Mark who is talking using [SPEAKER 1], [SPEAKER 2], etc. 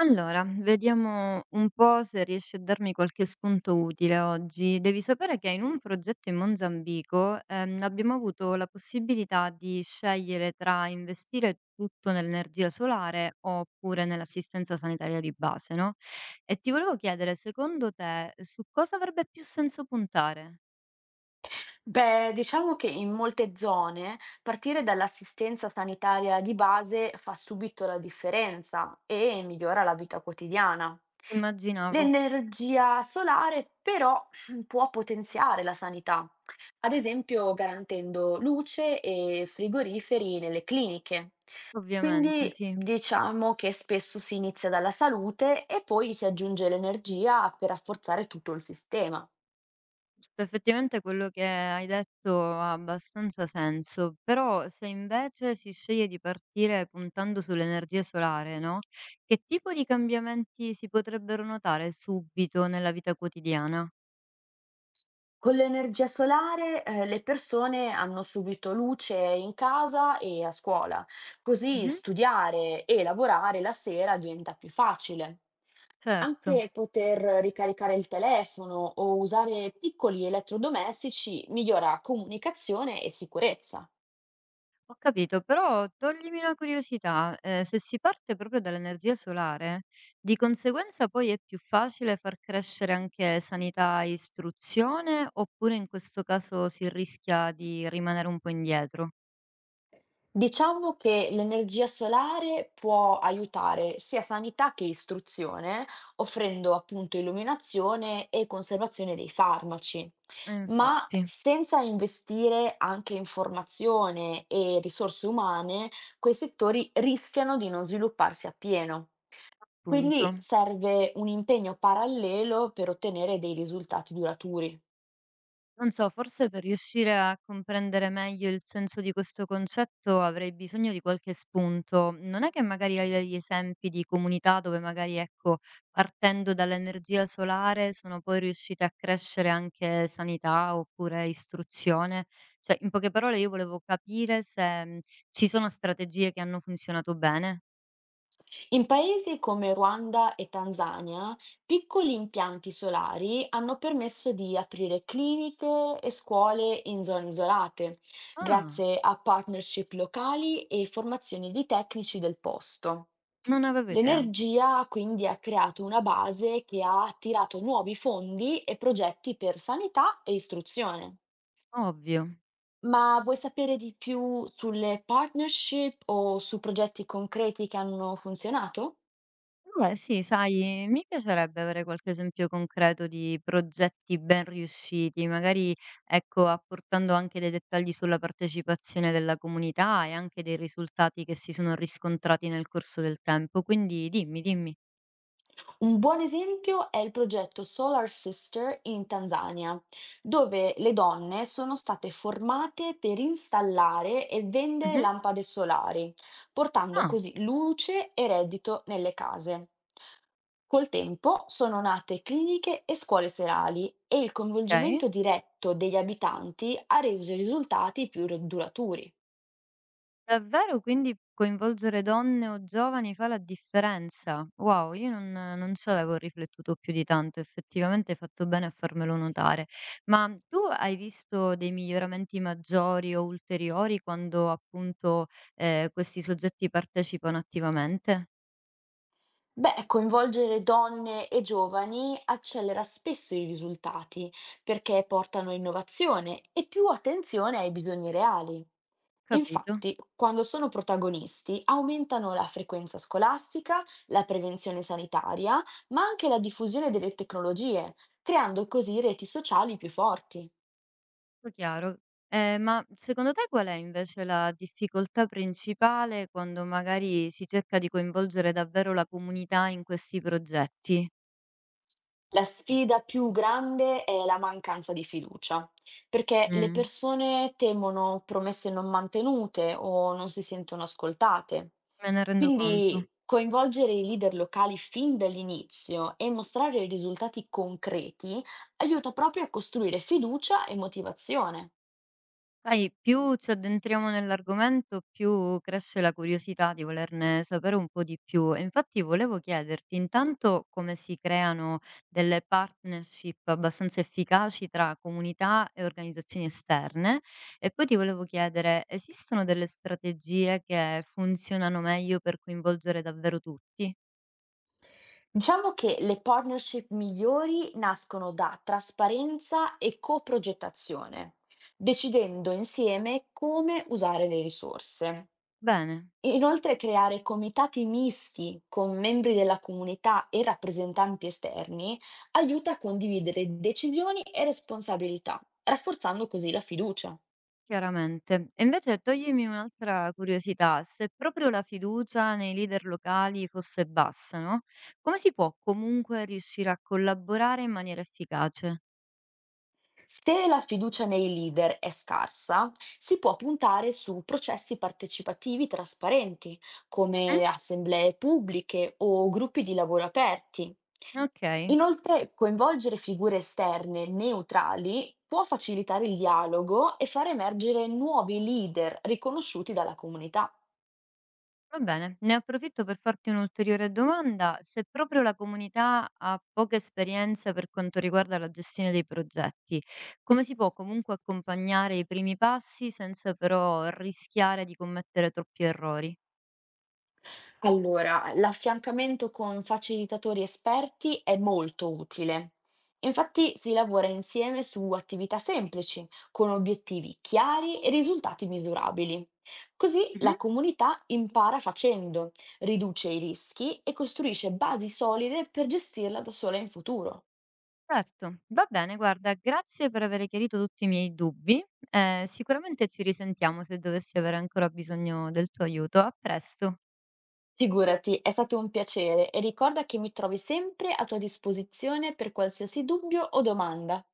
[SPEAKER 1] Allora, vediamo un po' se riesci a darmi qualche spunto utile oggi. Devi sapere che in un progetto in Mozambico, abbiamo avuto la possibilità di scegliere tra investire tutto nell'energia solare oppure nell'assistenza sanitaria di base, no? E ti volevo chiedere, secondo te, su cosa avrebbe più senso puntare?
[SPEAKER 2] Beh, diciamo che in molte zone partire dall'assistenza sanitaria di base fa subito la differenza e migliora la vita quotidiana.
[SPEAKER 1] Immaginavo,
[SPEAKER 2] L'energia solare però può potenziare la sanità, ad esempio garantendo luce e frigoriferi nelle cliniche.
[SPEAKER 1] ovviamente,
[SPEAKER 2] Quindi
[SPEAKER 1] sì.
[SPEAKER 2] diciamo che spesso si inizia dalla salute e poi si aggiunge l'energia per rafforzare tutto il sistema.
[SPEAKER 1] Cioè, effettivamente quello che hai detto ha abbastanza senso, però se invece si sceglie di partire puntando sull'energia solare, no? Che tipo di cambiamenti si potrebbero notare subito nella vita quotidiana?
[SPEAKER 2] Con l'energia solare, le persone hanno subito luce in casa e a scuola, così
[SPEAKER 1] Mhm,
[SPEAKER 2] studiare e lavorare la sera diventa più facile.
[SPEAKER 1] certo,
[SPEAKER 2] Anche poter ricaricare il telefono o usare piccoli elettrodomestici migliora comunicazione e sicurezza.
[SPEAKER 1] ho capito, però toglimi una curiosità, se si parte proprio dall'energia solare, di conseguenza poi è più facile far crescere anche sanità e istruzione, oppure in questo caso si rischia di rimanere un po' indietro?
[SPEAKER 2] Diciamo che l'energia solare può aiutare sia sanità che istruzione, offrendo appunto illuminazione e conservazione dei farmaci. Ma
[SPEAKER 1] Infatti,
[SPEAKER 2] senza investire anche in formazione e risorse umane, quei settori rischiano di non svilupparsi appieno. Quindi
[SPEAKER 1] appunto.
[SPEAKER 2] serve un impegno parallelo per ottenere dei risultati duraturi.
[SPEAKER 1] Non so, forse per riuscire a comprendere meglio il senso di questo concetto avrei bisogno di qualche spunto. Non è che magari hai degli esempi di comunità dove magari, ecco, partendo dall'energia solare sono poi riuscite a crescere anche sanità oppure istruzione? Cioè, in poche parole io volevo capire se, ci sono strategie che hanno funzionato bene.
[SPEAKER 2] In paesi come Ruanda e Tanzania, piccoli impianti solari hanno permesso di aprire cliniche e scuole in zone isolate,
[SPEAKER 1] Ah,
[SPEAKER 2] grazie a partnership locali e formazioni di tecnici del posto.
[SPEAKER 1] non avevo idea.
[SPEAKER 2] L'energia quindi ha creato una base che ha attirato nuovi fondi e progetti per sanità e istruzione.
[SPEAKER 1] Ovvio.
[SPEAKER 2] Ma vuoi sapere di più sulle partnership o su progetti concreti che hanno funzionato?
[SPEAKER 1] Beh, sì, sai, mi piacerebbe avere qualche esempio concreto di progetti ben riusciti, magari, ecco, apportando anche dei dettagli sulla partecipazione della comunità e anche dei risultati che si sono riscontrati nel corso del tempo. Quindi dimmi, dimmi.
[SPEAKER 2] Un buon esempio è il progetto Solar Sister in Tanzania, dove le donne sono state formate per installare e vendere
[SPEAKER 1] Mhm.
[SPEAKER 2] lampade solari, portando
[SPEAKER 1] Ah,
[SPEAKER 2] così luce e reddito nelle case. Col tempo sono nate cliniche e scuole serali e il
[SPEAKER 1] ok.
[SPEAKER 2] coinvolgimento diretto degli abitanti ha reso i risultati più duraturi.
[SPEAKER 1] Davvero? Quindi coinvolgere donne o giovani fa la differenza? Wow, io non ci avevo riflettuto più di tanto, effettivamente hai fatto bene a farmelo notare. Ma tu hai visto dei miglioramenti maggiori o ulteriori quando appunto, questi soggetti partecipano attivamente?
[SPEAKER 2] Beh, coinvolgere donne e giovani accelera spesso i risultati perché portano innovazione e più attenzione ai bisogni reali.
[SPEAKER 1] Capito,
[SPEAKER 2] Infatti, quando sono protagonisti, aumentano la frequenza scolastica, la prevenzione sanitaria, ma anche la diffusione delle tecnologie, creando così reti sociali più forti.
[SPEAKER 1] tutto chiaro. Ma secondo te qual è invece la difficoltà principale quando magari si cerca di coinvolgere davvero la comunità in questi progetti?
[SPEAKER 2] La sfida più grande è la mancanza di fiducia, perché le
[SPEAKER 1] Mm.
[SPEAKER 2] persone temono promesse non mantenute o non si sentono ascoltate.
[SPEAKER 1] Me ne rendo conto.
[SPEAKER 2] Quindi coinvolgere i leader locali fin dall'inizio e mostrare risultati concreti aiuta proprio a costruire fiducia e motivazione.
[SPEAKER 1] Sai, più ci addentriamo nell'argomento, più cresce la curiosità di volerne sapere un po' di più. E infatti volevo chiederti intanto come si creano delle partnership abbastanza efficaci tra comunità e organizzazioni esterne e poi ti volevo chiedere, esistono delle strategie che funzionano meglio per coinvolgere davvero tutti?
[SPEAKER 2] Diciamo che le partnership migliori nascono da trasparenza e coprogettazione, decidendo insieme come usare le risorse.
[SPEAKER 1] Bene.
[SPEAKER 2] Inoltre creare comitati misti con membri della comunità e rappresentanti esterni aiuta a condividere decisioni e responsabilità, rafforzando così la fiducia.
[SPEAKER 1] Chiaramente. E invece toglimi un'altra curiosità, se proprio la fiducia nei leader locali fosse bassa, no? Come si può comunque riuscire a collaborare in maniera efficace?
[SPEAKER 2] Se la fiducia nei leader è scarsa, si può puntare su processi partecipativi trasparenti,
[SPEAKER 1] Mhm.
[SPEAKER 2] come assemblee pubbliche o gruppi di lavoro aperti.
[SPEAKER 1] Ok,
[SPEAKER 2] Inoltre, coinvolgere figure esterne neutrali può facilitare il dialogo e far emergere nuovi leader riconosciuti dalla comunità.
[SPEAKER 1] va bene. Ne approfitto per farti un'ulteriore domanda. Se proprio la comunità ha poca esperienza per quanto riguarda la gestione dei progetti, come si può comunque accompagnare i primi passi senza però rischiare di commettere troppi errori?
[SPEAKER 2] Allora, l'affiancamento con facilitatori esperti è molto utile. Infatti si lavora insieme su attività semplici, con obiettivi chiari e risultati misurabili. Così la comunità impara facendo, riduce i rischi e costruisce basi solide per gestirla da sola in futuro.
[SPEAKER 1] Certo, va bene, guarda, grazie per aver chiarito tutti i miei dubbi. Sicuramente ci risentiamo se dovessi avere ancora bisogno del tuo aiuto. A presto.
[SPEAKER 2] Figurati, è stato un piacere e ricorda che mi trovi sempre a tua disposizione per qualsiasi dubbio o domanda.